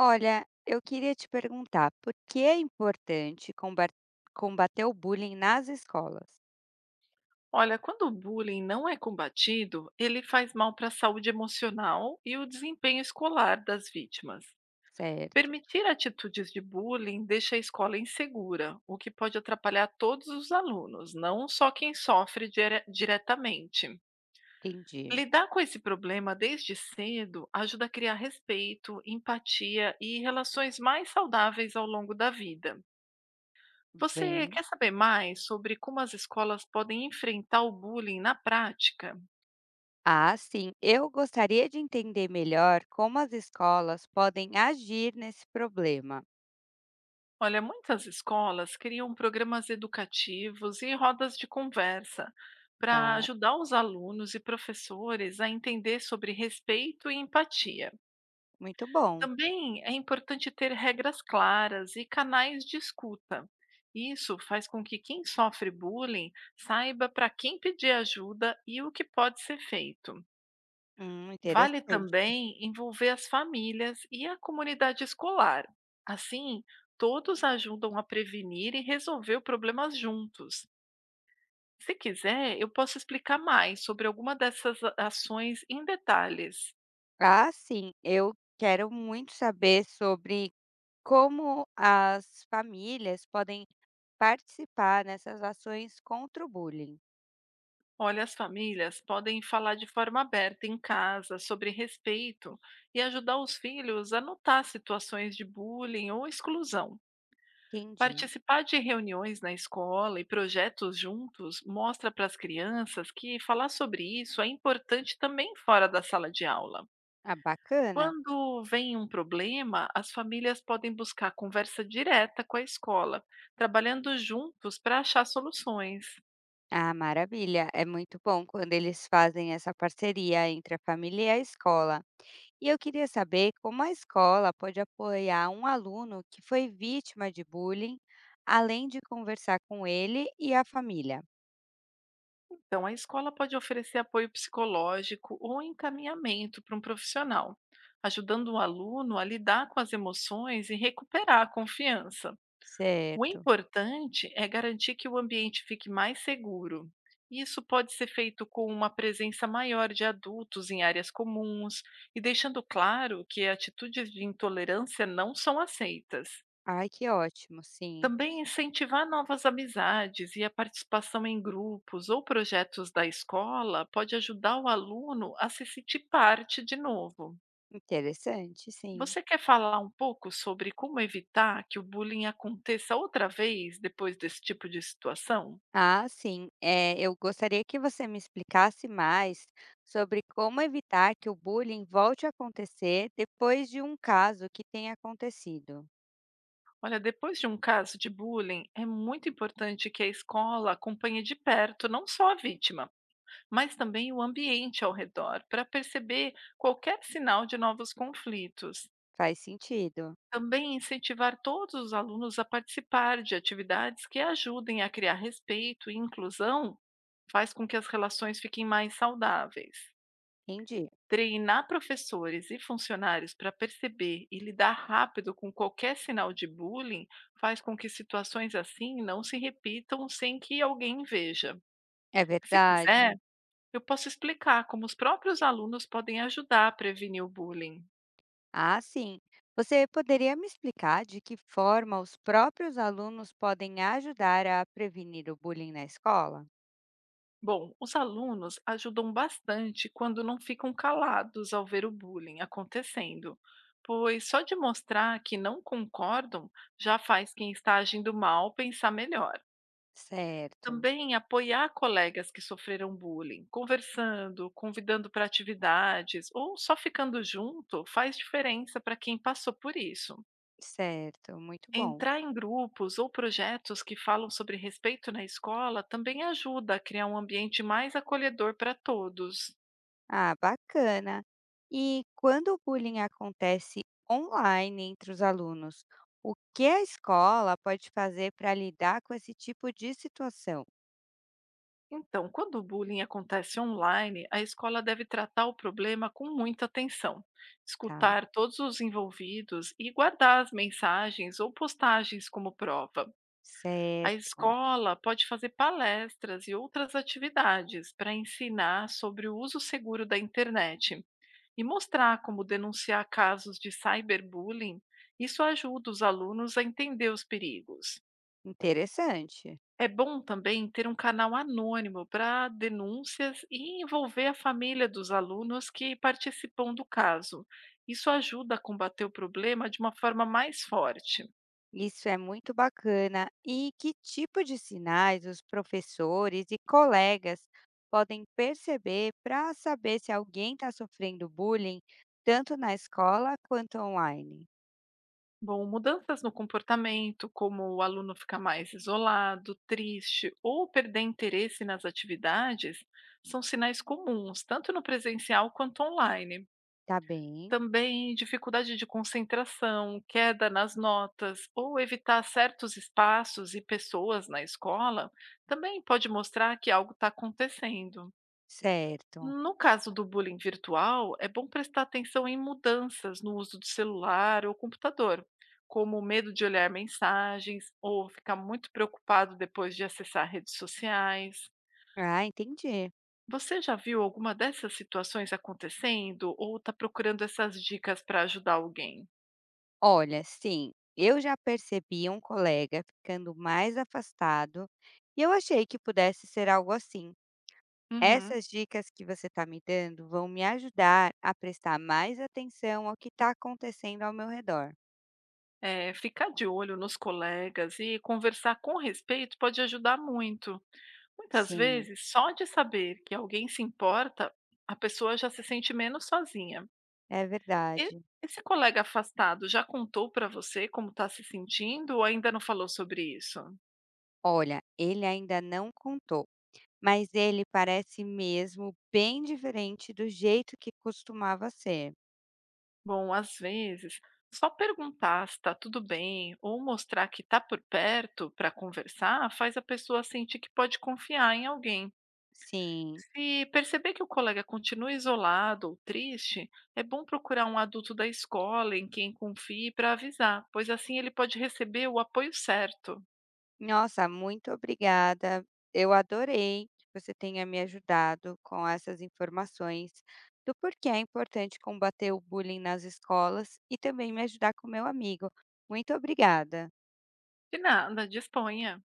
Olha, eu queria te perguntar, por que é importante combater o bullying nas escolas? Olha, quando o bullying não é combatido, ele faz mal para a saúde emocional e o desempenho escolar das vítimas. Certo, Permitir atitudes de bullying deixa a escola insegura, o que pode atrapalhar todos os alunos, não só quem sofre diretamente. entendi. Lidar com esse problema desde cedo ajuda a criar respeito, empatia e relações mais saudáveis ao longo da vida. Você Bem, quer saber mais sobre como as escolas podem enfrentar o bullying na prática? ah, sim. Eu gostaria de entender melhor como as escolas podem agir nesse problema, Olha, muitas escolas criam programas educativos e rodas de conversa tá? para ajudar os alunos e professores a entender sobre respeito e empatia. Muito bom. Também é importante ter regras claras e canais de escuta. Isso faz com que quem sofre bullying saiba para quem pedir ajuda e o que pode ser feito. Vale Interessante. também envolver as famílias e a comunidade escolar. Assim, todos ajudam a prevenir e resolver problemas juntos. Se quiser, eu posso explicar mais sobre alguma dessas ações em detalhes. Ah, sim. Eu quero muito saber sobre como as famílias podem participar nessas ações contra o bullying. Olha, as famílias podem falar de forma aberta em casa sobre respeito e ajudar os filhos a notar situações de bullying ou exclusão. Entendi. Participar de reuniões na escola e projetos juntos mostra para as crianças que falar sobre isso é importante também fora da sala de aula. Ah, bacana. Quando vem um problema, as famílias podem buscar conversa direta com a escola, trabalhando juntos para achar soluções. Ah, maravilha. É muito bom quando eles fazem essa parceria entre a família e a escola. E eu queria saber como a escola pode apoiar um aluno que foi vítima de bullying, além de conversar com ele e a família. Então, a escola pode oferecer apoio psicológico ou encaminhamento para um profissional, ajudando o aluno a lidar com as emoções e recuperar a confiança. O Certo. importante é garantir que o ambiente fique mais seguro. Isso pode ser feito com uma presença maior de adultos em áreas comuns e deixando claro que atitudes de intolerância não são aceitas. Ai, que ótimo, sim. Também incentivar novas amizades e a participação em grupos ou projetos da escola pode ajudar o aluno a se sentir parte de novo. Interessante, sim. Você quer falar um pouco sobre como evitar que o bullying aconteça outra vez depois desse tipo de situação? Ah, sim. Eu gostaria que você me explicasse mais sobre como evitar que o bullying volte a acontecer depois de um caso que tenha acontecido. Olha, depois de um caso de bullying, é muito importante que a escola acompanhe de perto não só a vítima, mas também o ambiente ao redor, para perceber qualquer sinal de novos conflitos. Faz sentido. Também incentivar todos os alunos a participar de atividades que ajudem a criar respeito e inclusão faz com que as relações fiquem mais saudáveis. Entendi. Treinar professores e funcionários para perceber e lidar rápido com qualquer sinal de bullying faz com que situações assim não se repitam sem que alguém veja. É Se verdade? quiser, eu posso explicar como os próprios alunos podem ajudar a prevenir o bullying. Ah, sim. Você poderia me explicar de que forma os próprios alunos podem ajudar a prevenir o bullying na escola? Bom, os alunos ajudam bastante quando não ficam calados ao ver o bullying acontecendo, pois só de mostrar que não concordam já faz quem está agindo mal pensar melhor. Certo, Também apoiar colegas que sofreram bullying, conversando, convidando para atividades ou só ficando junto faz diferença para quem passou por isso. certo. Muito bom. Entrar em grupos ou projetos que falam sobre respeito na escola também ajuda a criar um ambiente mais acolhedor para todos. Ah, bacana. E quando o bullying acontece online entre os alunos, o que a escola pode fazer para lidar com esse tipo de situação? Então, quando o bullying acontece online, a escola deve tratar o problema com muita atenção, Tá, escutar todos os envolvidos e guardar as mensagens ou postagens como prova. A certo. escola pode fazer palestras e outras atividades para ensinar sobre o uso seguro da internet e mostrar como denunciar casos de cyberbullying. Isso ajuda os alunos a entender os perigos. Interessante. É bom também ter um canal anônimo para denúncias e envolver a família dos alunos que participam do caso. Isso ajuda a combater o problema de uma forma mais forte. Isso é muito bacana. E que tipo de sinais os professores e colegas podem perceber para saber se alguém está sofrendo bullying, tanto na escola quanto online? Bom, mudanças no comportamento, como o aluno ficar mais isolado, triste ou perder interesse nas atividades, são sinais comuns, tanto no presencial quanto online. Tá bem, Também dificuldade de concentração, queda nas notas ou evitar certos espaços e pessoas na escola também pode mostrar que algo está acontecendo. certo. No caso do bullying virtual, é bom prestar atenção em mudanças no uso do celular ou computador, como o medo de olhar mensagens ou ficar muito preocupado depois de acessar redes sociais. Ah, entendi. Você já viu alguma dessas situações acontecendo ou está procurando essas dicas para ajudar alguém? Olha, sim, eu já percebi um colega ficando mais afastado e eu achei que pudesse ser algo assim. Uhum. Essas dicas que você está me dando vão me ajudar a prestar mais atenção ao que está acontecendo ao meu redor. É, ficar de olho nos colegas e conversar com respeito pode ajudar muito. Muitas Sim, vezes, só de saber que alguém se importa, a pessoa já se sente menos sozinha. é E verdade. esse colega afastado já contou para você como está se sentindo ou ainda não falou sobre isso? Olha, ele ainda não contou, mas ele parece mesmo bem diferente do jeito que costumava ser. Bom, às vezes, só perguntar se está tudo bem ou mostrar que está por perto para conversar faz a pessoa sentir que pode confiar em alguém. Sim. Se perceber que o colega continua isolado ou triste, é bom procurar um adulto da escola em quem confie para avisar, pois assim ele pode receber o apoio certo. Nossa, muito obrigada. Eu adorei que você tenha me ajudado com essas informações do porquê é importante combater o bullying nas escolas e também me ajudar com meu amigo. Muito obrigada. De nada, disponha.